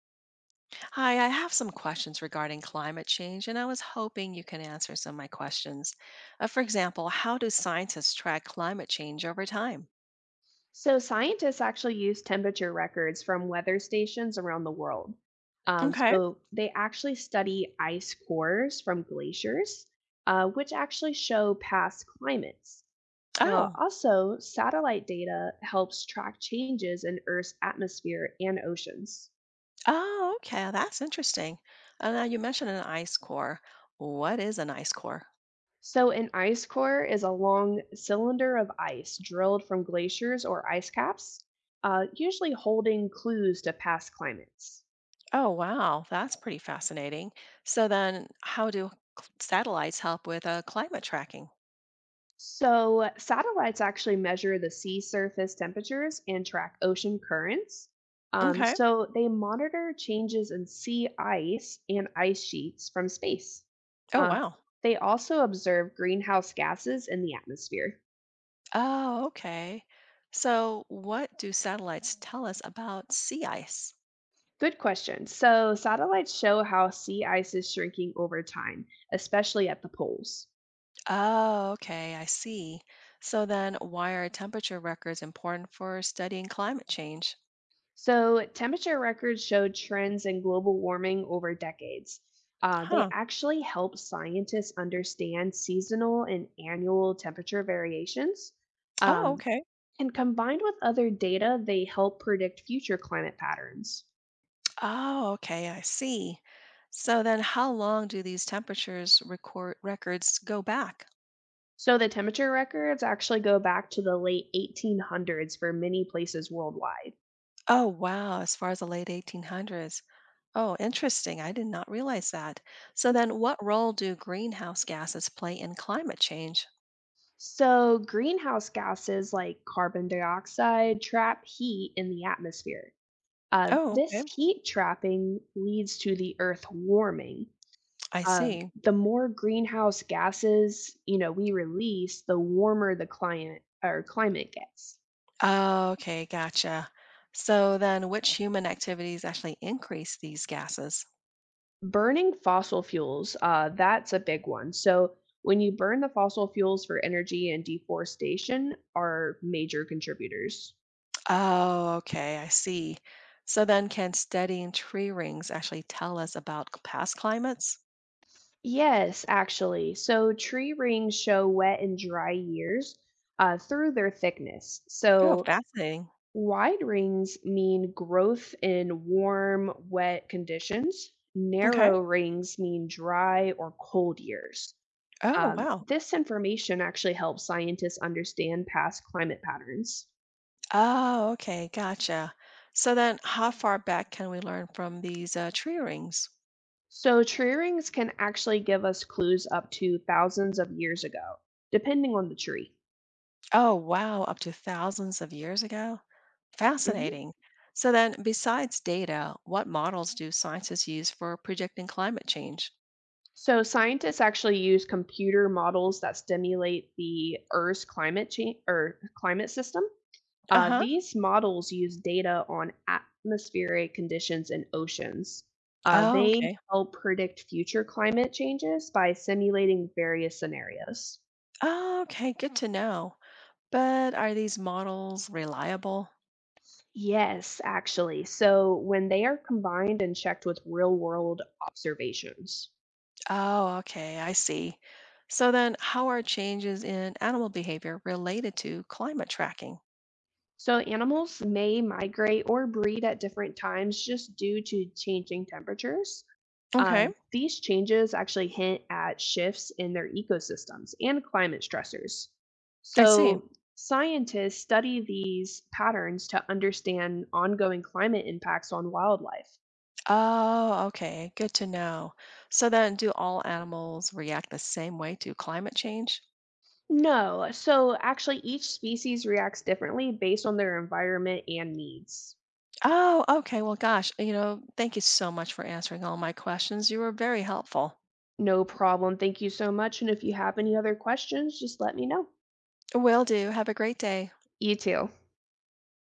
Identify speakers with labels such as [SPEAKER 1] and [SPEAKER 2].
[SPEAKER 1] Hi, I have some questions regarding climate change, and I was hoping you can answer some of my questions. For example, how do scientists track climate change over time?
[SPEAKER 2] So, scientists actually use temperature records from weather stations around the world.
[SPEAKER 1] Okay.
[SPEAKER 2] They actually study ice cores from glaciers, which actually show past climates. Uh,
[SPEAKER 1] Oh,
[SPEAKER 2] also, satellite data helps track changes in Earth's atmosphere and oceans.
[SPEAKER 1] oh, okay. That's interesting. Now, you mentioned an ice core. What is an ice core?
[SPEAKER 2] So, an ice core is a long cylinder of ice drilled from glaciers or ice caps, usually holding clues to past climates.
[SPEAKER 1] Oh, wow. That's pretty fascinating. So then, how do satellites help with climate tracking?
[SPEAKER 2] So, satellites actually measure the sea surface temperatures and track ocean currents.
[SPEAKER 1] Okay.
[SPEAKER 2] They monitor changes in sea ice and ice sheets from space.
[SPEAKER 1] Oh,
[SPEAKER 2] Um,
[SPEAKER 1] wow.
[SPEAKER 2] they also observe greenhouse gases in the atmosphere.
[SPEAKER 1] Oh, okay. So, what do satellites tell us about sea ice?
[SPEAKER 2] Good question. So, satellites show how sea ice is shrinking over time, especially at the poles.
[SPEAKER 1] Oh, okay, I see. So then, why are temperature records important for studying climate change?
[SPEAKER 2] So, temperature records showed trends in global warming over decades. They
[SPEAKER 1] Huh.
[SPEAKER 2] actually help scientists understand seasonal and annual temperature variations.
[SPEAKER 1] Oh,
[SPEAKER 2] Um,
[SPEAKER 1] okay.
[SPEAKER 2] and combined with other data, they help predict future climate patterns.
[SPEAKER 1] Oh, okay, I see. So then, how long do these temperatures record records go back?
[SPEAKER 2] So, the temperature records actually go back to the late 1800s for many places worldwide.
[SPEAKER 1] Oh, wow, as far as the late 1800s. Oh, interesting. I did not realize that. So then, what role do greenhouse gases play in climate change?
[SPEAKER 2] So, greenhouse gases like carbon dioxide trap heat in the atmosphere. Uh,
[SPEAKER 1] Oh, okay,
[SPEAKER 2] this heat trapping leads to the Earth warming.
[SPEAKER 1] I
[SPEAKER 2] Um,
[SPEAKER 1] see.
[SPEAKER 2] the more greenhouse gases we release, the warmer the client or climate gets.
[SPEAKER 1] Oh, okay, gotcha. So then, which human activities actually increase these gases?
[SPEAKER 2] Burning fossil fuels, that's a big one. So when you burn the fossil fuels for energy and deforestation are major contributors.
[SPEAKER 1] Oh, okay, I see. So then, can studying tree rings actually tell us about past climates?
[SPEAKER 2] Yes, actually. So tree rings show wet and dry years through their thickness.
[SPEAKER 1] Oh,
[SPEAKER 2] So
[SPEAKER 1] fascinating.
[SPEAKER 2] wide rings mean growth in warm, wet conditions.
[SPEAKER 1] Okay.
[SPEAKER 2] Narrow rings mean dry or cold years.
[SPEAKER 1] Oh,
[SPEAKER 2] Um,
[SPEAKER 1] wow.
[SPEAKER 2] this information actually helps scientists understand past climate patterns.
[SPEAKER 1] Oh, okay, gotcha. So then, how far back can we learn from these tree rings?
[SPEAKER 2] So, tree rings can actually give us clues up to thousands of years ago, depending on the tree.
[SPEAKER 1] Oh, wow, up to thousands of years ago?
[SPEAKER 2] Mhm.
[SPEAKER 1] Fascinating. So then, besides data, what models do scientists use for predicting climate change?
[SPEAKER 2] So, scientists actually use computer models that simulate the Earth's climate change or climate system. Uh,
[SPEAKER 1] Uh-huh.
[SPEAKER 2] these models use data on atmospheric conditions and oceans. Uh,
[SPEAKER 1] Oh,
[SPEAKER 2] they
[SPEAKER 1] okay.
[SPEAKER 2] help predict future climate changes by simulating various scenarios.
[SPEAKER 1] Oh, okay, good to know. But are these models reliable?
[SPEAKER 2] Yes, actually. So when they are combined and checked with real world observations.
[SPEAKER 1] Oh, okay, I see. So then, how are changes in animal behavior related to climate tracking?
[SPEAKER 2] So animals may migrate or breed at different times just due to changing temperatures.
[SPEAKER 1] Okay,
[SPEAKER 2] These changes actually hint at shifts in their ecosystems and climate stressors.
[SPEAKER 1] I see.
[SPEAKER 2] So scientists study these patterns to understand ongoing climate impacts on wildlife.
[SPEAKER 1] Oh, okay, good to know. So then, do all animals react the same way to climate change?
[SPEAKER 2] No, so actually each species reacts differently based on their environment and needs.
[SPEAKER 1] Oh, okay. Well, gosh, thank you so much for answering all my questions. You were very helpful.
[SPEAKER 2] No problem. Thank you so much. And if you have any other questions, just let me know.
[SPEAKER 1] Will do. Have a great day.
[SPEAKER 2] You too.